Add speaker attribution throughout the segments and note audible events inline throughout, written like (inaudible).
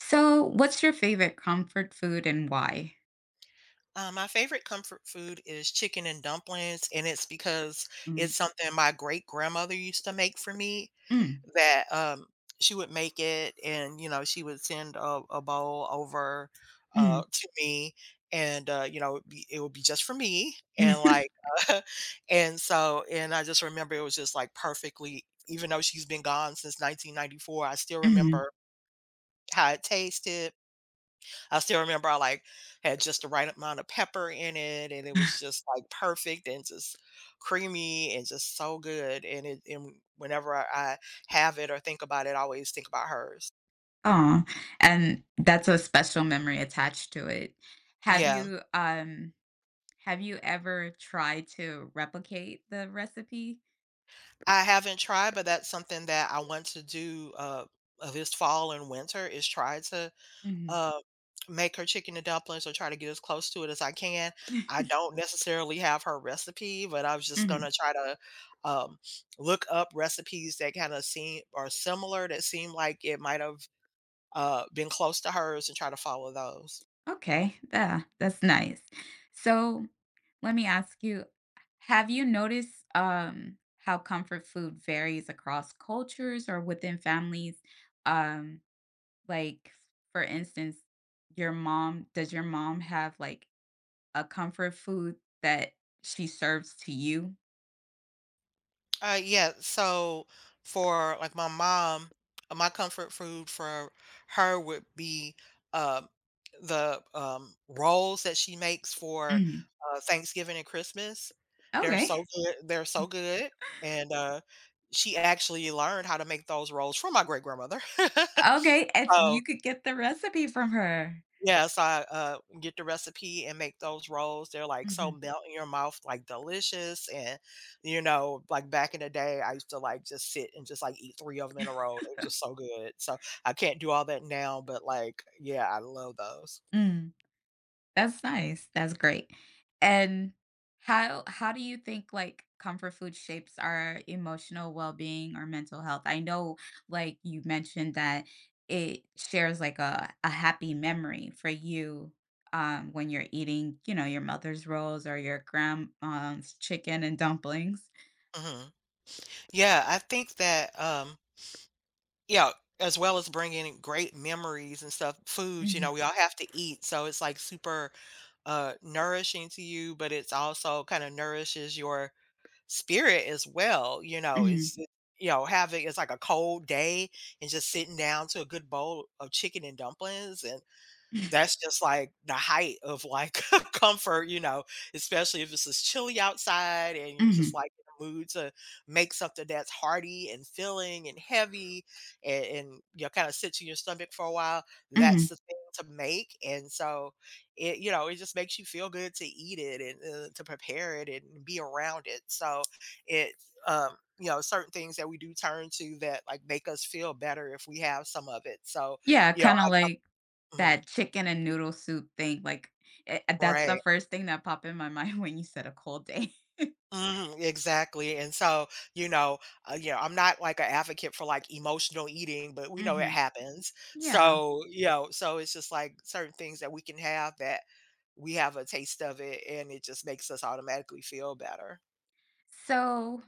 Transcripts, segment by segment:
Speaker 1: So, what's your favorite comfort food and why?
Speaker 2: My favorite comfort food is chicken and dumplings, and it's because it's
Speaker 1: Mm.
Speaker 2: something my great grandmother used to make for me
Speaker 1: Mm.
Speaker 2: that she would make it and, you know, she would send a bowl over
Speaker 1: Mm.
Speaker 2: to me and, you know, it would be just for me. And
Speaker 1: (laughs)
Speaker 2: like, (laughs) and so, and I just remember it was just like perfectly, even though she's been gone since 1994, I still
Speaker 1: Mm.
Speaker 2: remember how it tasted. I still remember I like had just the right amount of pepper in it and it was just like perfect and just creamy and just so good. And it and whenever I have it or think about it, I always think about hers.
Speaker 1: Aw, and that's a special memory attached to it. Have
Speaker 2: Yeah.
Speaker 1: you, um, have you ever tried to replicate the recipe?
Speaker 2: I haven't tried, but that's something that I want to do this fall and winter is try to
Speaker 1: Mhm.
Speaker 2: uh, make her chicken and dumplings or try to get as close to it as I can. I don't necessarily have her recipe, but I was just
Speaker 1: Mhm.
Speaker 2: gonna
Speaker 1: (laughs)
Speaker 2: try to, um, look up recipes that kinda seem are similar that seem like it might have, been close to hers and try to follow those.
Speaker 1: Okay, yeah, that's nice. So, let me ask you, have you noticed, how comfort food varies across cultures or within families? Um Like, for instance, does your mom have like a comfort food that she serves to you?
Speaker 2: Yeah. So for like my mom, my comfort food for her would be um the rolls that she makes for
Speaker 1: Mhm.
Speaker 2: Thanksgiving and Christmas. They're so
Speaker 1: Okay.
Speaker 2: good. They're so good, and she actually learned how to make those rolls from my great grandmother. (laughs)
Speaker 1: Okay, it's
Speaker 2: So
Speaker 1: you could get the recipe from her.
Speaker 2: yes, I, get the recipe and make those rolls. They're, like, so
Speaker 1: Mhm.
Speaker 2: melt in your mouth, like, delicious, and, you know, like, back in the day, I used to, like, just sit and just, like, eat 3 of them in a row. It was just so good. So, I can't do all that now, but, like, yeah, I love those.
Speaker 1: Mm. That's nice. That's great. And how do you think like comfort food shapes our emotional well-being or mental health? I know like you mentioned that it shares like a happy memory for you when you're eating, your mother's rolls or your grandma's chicken and dumplings.
Speaker 2: Mhm. Yeah, I think that, yeah, as well as bringing great memories and stuff, foods you
Speaker 1: Hmm.
Speaker 2: know, we all have to eat, so it's, like, super, nourishing to you, but it's also kinda nourishes your spirit as well, you know,
Speaker 1: Hmm.
Speaker 2: it's just, you know, having it's like a cold day and just sitting down to a good bowl of chicken and dumplings and
Speaker 1: Hmm.
Speaker 2: that's just, like, the height of, like, (laughs) comfort, you know, especially if it's just chilly outside and you're
Speaker 1: Hmm.
Speaker 2: just, like, in the mood to make something that's hearty and filling and heavy and you know, kinda sits in your stomach for a while.
Speaker 1: Hmm.
Speaker 2: That's the thing to make, and so it you know, it just makes you feel good to eat it and, to prepare it and be around it. So it, you know, certain things that we do turn to that, like, make us feel better if we have some of it. So,
Speaker 1: Yeah,
Speaker 2: you know,
Speaker 1: kind of like
Speaker 2: I mhm.
Speaker 1: that chicken and noodle soup thing, like, that's the
Speaker 2: Right.
Speaker 1: first thing that popped in my (laughs) mind when you said a cold day. (laughs)
Speaker 2: Mhm, exactly, and so, you know, you know, I'm not like an advocate for, like, emotional eating, but we know it
Speaker 1: Mhm.
Speaker 2: happens.
Speaker 1: Yeah.
Speaker 2: So, you know, so it's just like certain things that we can have that we have a taste of it, and it just makes us automatically feel better.
Speaker 1: So,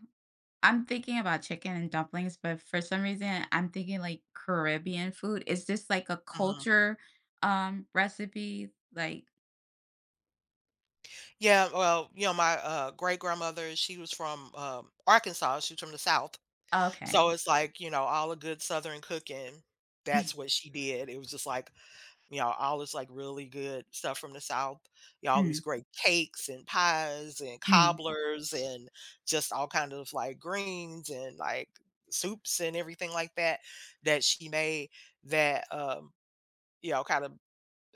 Speaker 1: I'm thinking about chicken and dumplings, but for some reason, I'm thinking, like, Caribbean food. Is this, like, a
Speaker 2: Mhm.
Speaker 1: culture, recipe? Like,
Speaker 2: Yeah, well, you know, my, great-grandmother, she was from, Arkansas, she was from the South.
Speaker 1: okay.
Speaker 2: So it's like, you know, all the good Southern cooking, that's
Speaker 1: (laughs)
Speaker 2: what she did. It was just like you know, all this, like, really good stuff from the South. You know, all these
Speaker 1: Mm.
Speaker 2: great cakes and pies and
Speaker 1: Mm.
Speaker 2: cobblers and just all kind of, like, greens and, like, soups and everything like that that she made that, you know, kind of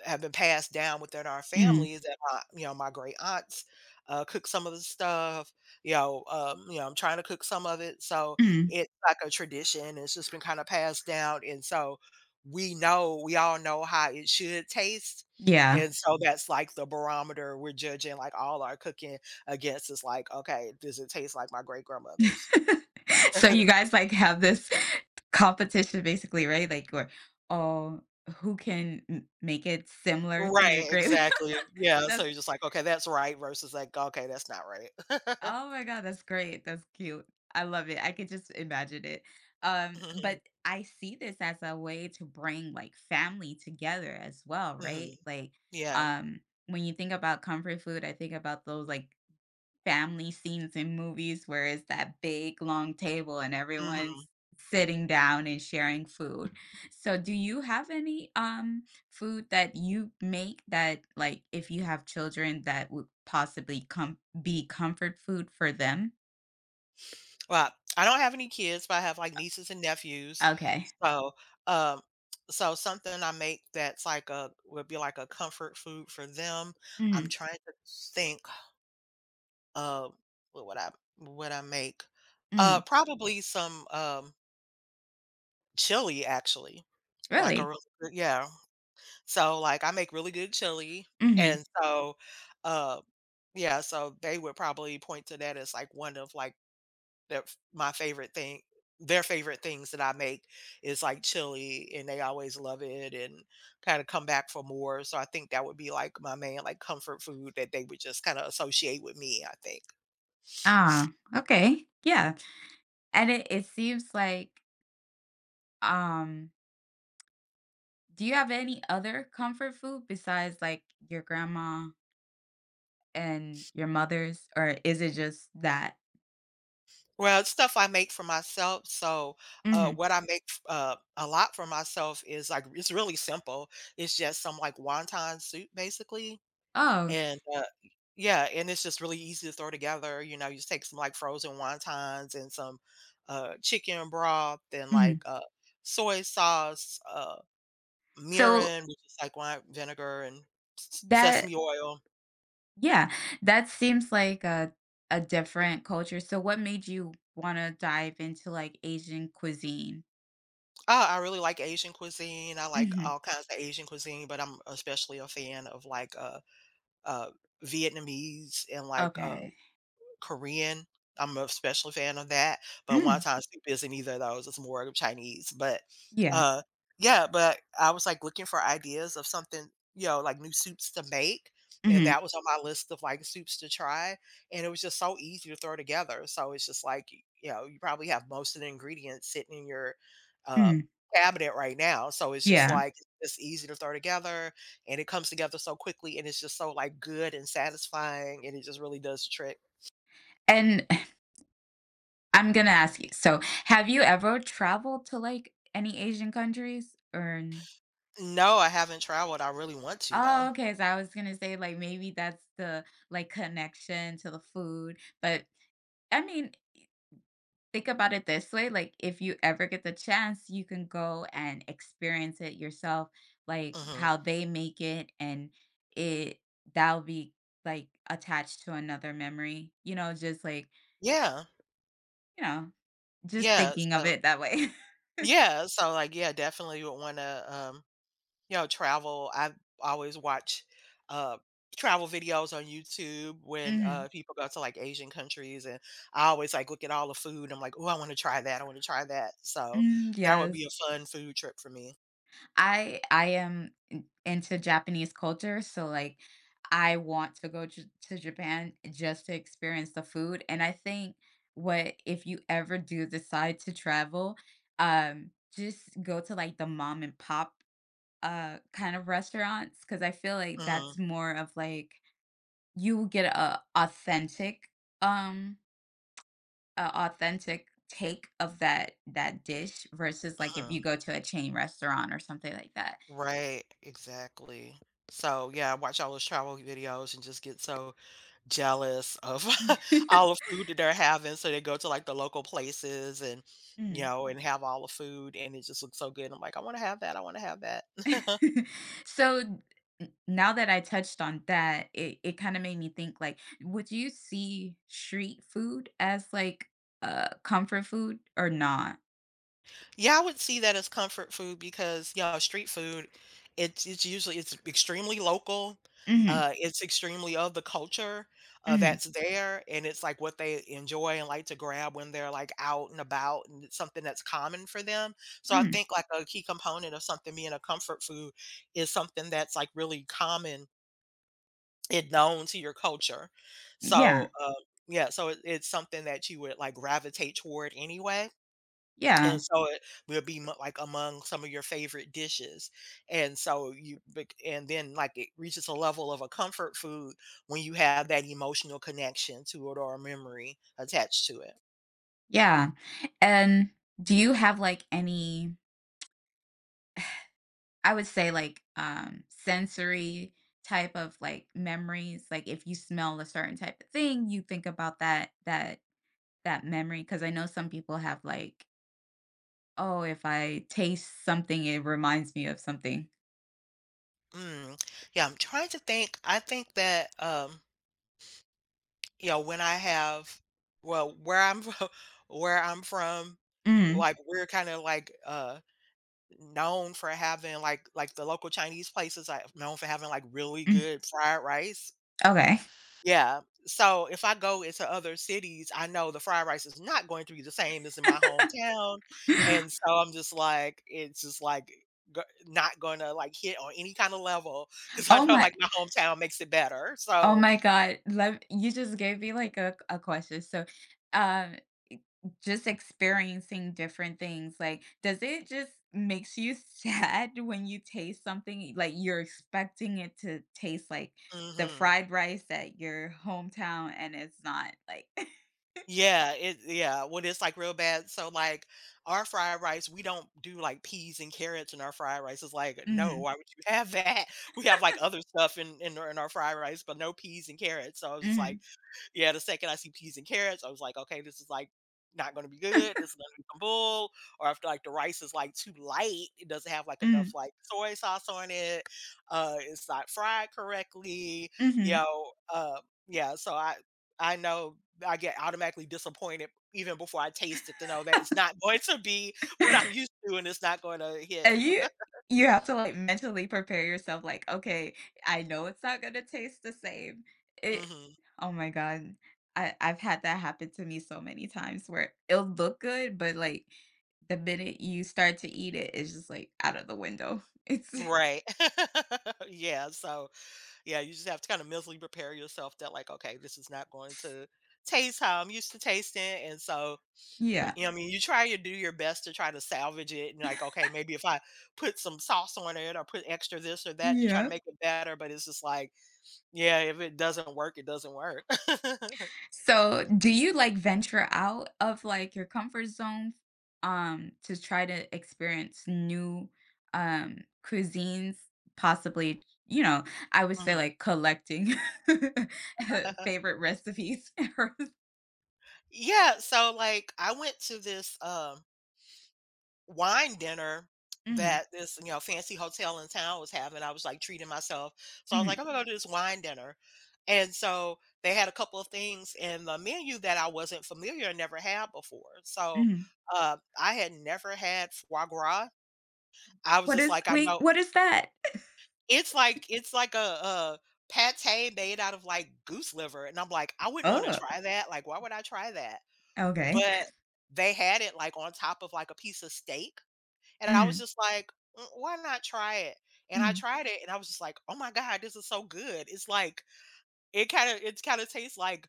Speaker 2: have been passed down within our
Speaker 1: Mm.
Speaker 2: families. That my, you know, my great aunts cook some of the stuff. You know, I'm trying to cook some of it, so
Speaker 1: Mm.
Speaker 2: it's like a tradition. It's just been kind of passed down, and so we know, we all know how it should taste.
Speaker 1: Yeah.
Speaker 2: And so mhm, that's like the barometer we're judging like all our cooking against is like, okay, does it taste like my great grandmother's?
Speaker 1: (laughs) So you
Speaker 2: (laughs)
Speaker 1: guys like have this competition basically, right? Like where, oh, who can make it similar to your
Speaker 2: Right,
Speaker 1: grade?
Speaker 2: exactly.
Speaker 1: (laughs)
Speaker 2: Yeah. So
Speaker 1: That's,
Speaker 2: you're just like, okay, that's right versus like, okay, that's not right.
Speaker 1: oh
Speaker 2: (laughs)
Speaker 1: my god, that's great. That's cute. I love it. I could just imagine it. Um,
Speaker 2: Mhm.
Speaker 1: but I see this as a way to bring like family together as well, right?
Speaker 2: Mhm.
Speaker 1: Like,
Speaker 2: Yeah.
Speaker 1: um when you think about comfort food, I think about those like family scenes in movies where it's that big long table and
Speaker 2: Mhm.
Speaker 1: everyone's sitting down and sharing food. So do you have any food that you make that like if you have children that would possibly com be comfort food for them?
Speaker 2: Well, I don't have any kids, but I have, like, nieces and nephews.
Speaker 1: Okay.
Speaker 2: So, um, so something I make that's like a would be like a comfort food for them. I'm
Speaker 1: Mhm.
Speaker 2: trying to think of what would I what I make?
Speaker 1: Mhm.
Speaker 2: Probably some, chili actually, like a
Speaker 1: Really?
Speaker 2: really good yeah. So, like, I make really good chili,
Speaker 1: Mhm.
Speaker 2: and so, uh, yeah, so they would probably point to that as, like, one of, like, Their my favorite thing their favorite things that I make is like chili, and they always love it and kinda come back for more, so I think that would be, like, my main, like, comfort food that they would just kinda associate with me, I think.
Speaker 1: Ah, okay. Yeah. And it seems like um do you have any other comfort food besides like your grandma and your mother's, or is it just that?
Speaker 2: Well, it's stuff I make for myself, so,
Speaker 1: Mhm.
Speaker 2: what I make a lot for myself is, like it's really simple. It's just some, like, wonton soup, basically.
Speaker 1: Oh,
Speaker 2: And, yeah, and it's just really easy to throw together, you know, you just take some, like, frozen wontons and some, chicken broth and, like,
Speaker 1: mhm.
Speaker 2: soy sauce,
Speaker 1: So
Speaker 2: mirin, which is, like, wine vinegar and s
Speaker 1: that
Speaker 2: sesame oil.
Speaker 1: yeah, that seems like a different culture. So what made you wanna dive into, like, Asian cuisine?
Speaker 2: Ah, I really like Asian cuisine, I like
Speaker 1: Mhm.
Speaker 2: all kinds of Asian cuisine, but I'm especially a fan of, like, uh, Vietnamese and, like,
Speaker 1: Okay.
Speaker 2: Korean. I'm a special fan of that, but one
Speaker 1: Mm,
Speaker 2: time soup isn't either of those, it's more of Chinese, but,
Speaker 1: yeah.
Speaker 2: uh, yeah, but I was, like, looking for ideas of something, you know, like, new soups to make, and
Speaker 1: Mhm,
Speaker 2: that was on my list of, like, soups to try, and it was just so easy to throw together, so it's just, like, y you know, you probably have most of the ingredients sitting in your, uh,
Speaker 1: mhm,
Speaker 2: cabinet right now, so it's just,
Speaker 1: yeah.
Speaker 2: like, it's easy to throw together, and it comes together so quickly, and it's just so, like, good and satisfying, and it just really does the trick.
Speaker 1: And (laughs) (sighs) I'm gonna ask you, so have you ever traveled to, like, any Asian countries or
Speaker 2: No, I haven't traveled, I really want to,
Speaker 1: Oh,
Speaker 2: though.
Speaker 1: okay, so I was gonna say, like, maybe that's the, like, connection to the food, but, I mean, think about it this way, like, if you ever get the chance, you can go and experience it yourself, like,
Speaker 2: Mhm.
Speaker 1: how they make it, and it that'll be, like, attached to another memory, you know, just, like,
Speaker 2: Yeah.
Speaker 1: you know, just
Speaker 2: Yeah,
Speaker 1: thinking of
Speaker 2: so
Speaker 1: it that way. (laughs)
Speaker 2: yeah, definitely would wanna, you know, travel. I always watch uh, travel videos on YouTube when,
Speaker 1: Mhm.
Speaker 2: people go to, like, Asian countries, and I always, like, look at all the food, I'm like, oh, I wanna try that, I wanna try that." So,
Speaker 1: Mm,
Speaker 2: that would
Speaker 1: yes.
Speaker 2: be a fun food trip for me.
Speaker 1: I am into Japanese culture, so like I want to go to Japan just to experience the food. And I think what if you ever do decide to travel, just go to like the mom and pop kind of restaurants because I feel like
Speaker 2: Mhm,
Speaker 1: that's more of like you will get a authentic um take of that dish versus like if you
Speaker 2: mhm.
Speaker 1: go to a chain restaurant or something like that.
Speaker 2: Right, exactly. So, yeah, I watch all those travel videos and just get so jealous of (laughs) all
Speaker 1: (laughs)
Speaker 2: the food that they're having, so they go to, like, the local places and, you
Speaker 1: Mm.
Speaker 2: know, and have all the food, and it just looks so good. I'm like, "I wanna have that, I wanna have that." (laughs)
Speaker 1: (laughs) So, n now that I touched on that, it kinda made me think, like, would you see street food as, like, comfort food or not?
Speaker 2: Yeah, I would see that as comfort food because, yeah, street food, it's usually it's extremely local.
Speaker 1: Mhm,
Speaker 2: It's extremely of the culture
Speaker 1: mhm,
Speaker 2: that's there, and it's like what they enjoy and like to grab when they're like out and about, and it's something that's common for them. So I
Speaker 1: mm.
Speaker 2: think like a key component of something being a comfort food is something that's like really common and known to your culture.
Speaker 1: Yeah,
Speaker 2: So yeah, so it's something that you would like gravitate toward anyway.
Speaker 1: yeah,
Speaker 2: And so it will be mo like among some of your favorite dishes, and so you bec and then, like, it reaches a level of a comfort food when you have that emotional connection to it or a memory attached to it.
Speaker 1: yeah, and do you have, like, any, I would say, like, sensory type of, like, memories? Like, if you smell a certain type of thing, you think about that memory. Because I know some people have, like, "Oh, if I taste something, it reminds me of something."
Speaker 2: Mm, yeah, I'm trying to think. I think that, you know, when I have well, where I'm fro (laughs) where I'm from,
Speaker 1: Mm.
Speaker 2: like, we're kinda, like, known for having, the local Chinese places are known for having, like, really
Speaker 1: Mm.
Speaker 2: good fried rice.
Speaker 1: Okay.
Speaker 2: Yeah. So if I go into other cities, I know the fried rice is not going to be the same as in my hometown.
Speaker 1: (laughs)
Speaker 2: And so I'm just like, it's just like not going to like hit on any kind of level because I
Speaker 1: Oh
Speaker 2: know
Speaker 1: my
Speaker 2: like my (laughs) hometown makes it better.
Speaker 1: oh
Speaker 2: So,
Speaker 1: my god, let you just gave me, like, a question, so, um, just experiencing different things, like, does it just makes you (laughs) sad when you taste something, like, you're expecting it to taste like the
Speaker 2: hmm,
Speaker 1: fried rice at your hometown, and it's not, like (laughs)
Speaker 2: yeah, when it's like real bad. So, like, our fried rice, we don't do like peas and carrots in our fried rice. It's like, no,
Speaker 1: Mhm,
Speaker 2: why would you have that? (laughs) We have like other stuff in our fried rice, but no peas and carrots. So I was just
Speaker 1: mhm,
Speaker 2: like, yeah, the second I see peas and carrots, I was like, okay, this is like not gonna be good. This is gonna be some bull. Or after like the rice is like too light, it doesn't have like enough
Speaker 1: mm,
Speaker 2: like soy sauce on it. It's not fried correctly. You
Speaker 1: mhm.
Speaker 2: know, yeah. So I know I get automatically disappointed even before I taste it to know that it's not going to be (laughs) what I'm
Speaker 1: (laughs)
Speaker 2: used to and it's not going to hit.
Speaker 1: And you have to, like, mentally prepare yourself, like, "Okay, I know it's not gonna taste the same." It
Speaker 2: Hmm.
Speaker 1: Oh my god. I've had that happen to me so many times where it'll look good, but, like, the minute you start to eat it, it's just, like, out of the window. (laughs) It's
Speaker 2: Right. (laughs) Yeah. So yeah, you just have to kind of mentally prepare yourself that like, okay, this is not going to taste how I'm used to tasting. And so,
Speaker 1: Yeah.
Speaker 2: you know, what I mean, you try to do your best to try to salvage it and like, okay, maybe if I put some sauce on it or put extra this or that to try to
Speaker 1: Yeah.
Speaker 2: make it better, but it's just like, yeah, if it doesn't work, it doesn't work. (laughs)
Speaker 1: So, do you like venture out of like your comfort zone to try to experience new um cuisines, possibly, I would say
Speaker 2: Mhm.
Speaker 1: like collecting (laughs)
Speaker 2: (laughs)
Speaker 1: favorite recipes. (laughs)
Speaker 2: Yeah, so like I went to this wine dinner
Speaker 1: Hmm.
Speaker 2: that this, you know, fancy hotel in town was having. I was like treating myself. So I was like,
Speaker 1: Hmm.
Speaker 2: I'm gonna go to this wine dinner. And so they had a couple of things in the menu that I wasn't familiar and never had before. So
Speaker 1: Hmm.
Speaker 2: I had never had foie gras. I was
Speaker 1: What
Speaker 2: just
Speaker 1: is
Speaker 2: like, I
Speaker 1: Wait,
Speaker 2: know
Speaker 1: what is that?
Speaker 2: it's like it's like a pate made out of like goose liver, and I'm like, I wouldn't want to
Speaker 1: Oh,
Speaker 2: try that. Like, why would I try that?
Speaker 1: okay.
Speaker 2: But they had it like on top of like a piece of steak and I was
Speaker 1: Mm.
Speaker 2: just like, "Mm, why not try it? And I
Speaker 1: Mm.
Speaker 2: tried it and I was just like, oh my God, this is so good. It's like it kind of tastes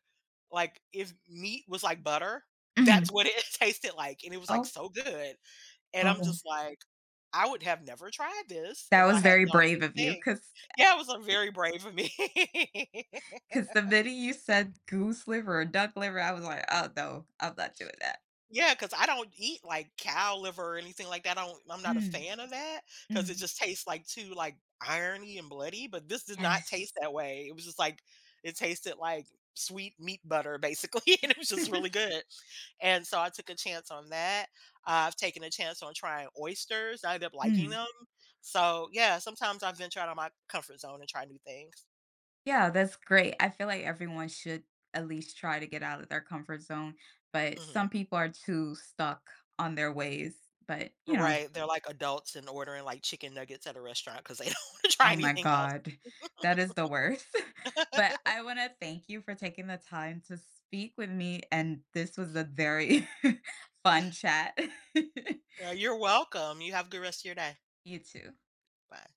Speaker 2: like if meat was like butter.
Speaker 1: Mm.
Speaker 2: That's what it (laughs) tasted like. And it was like
Speaker 1: Oh.
Speaker 2: so good. And I'm
Speaker 1: Oh.
Speaker 2: just like, I would have never tried this
Speaker 1: That
Speaker 2: if I
Speaker 1: was
Speaker 2: had
Speaker 1: very
Speaker 2: not
Speaker 1: brave
Speaker 2: done
Speaker 1: of
Speaker 2: this
Speaker 1: you
Speaker 2: thing.
Speaker 1: because
Speaker 2: Yeah, it was a very brave of me. (laughs)
Speaker 1: the minute you said goose liver or duck liver, I was like, oh no, I'm not doing that.
Speaker 2: Yeah, because I don't eat, like, cow liver or anything like that, I'm not a
Speaker 1: Mm.
Speaker 2: fan of that because it
Speaker 1: Mm.
Speaker 2: just tastes, like, too, like, irony and bloody, but this did not taste
Speaker 1: Yes.
Speaker 2: that way. It was just, like it tasted like sweet meat butter, basically, (laughs) and it was just really
Speaker 1: (laughs)
Speaker 2: good, and so I took a chance on that. I've taken a chance on trying oysters, I ended up liking
Speaker 1: Mm.
Speaker 2: them. So, yeah, sometimes I venture out of my comfort zone and try new things.
Speaker 1: Yeah, that's great. I feel like everyone should at least try to get out of their comfort zone, but
Speaker 2: Mhm.
Speaker 1: some people are too stuck on their ways. But,
Speaker 2: Right, they're like adults and ordering, like, chicken nuggets at a restaurant because they don't (laughs) wanna try
Speaker 1: oh my
Speaker 2: anything else.
Speaker 1: God, that is the worst. (laughs) But I want to thank you for taking the time to speak with me. And this was a very (laughs) fun chat.
Speaker 2: You're welcome. You have a good rest of your day.
Speaker 1: (laughs) You too.
Speaker 2: Bye.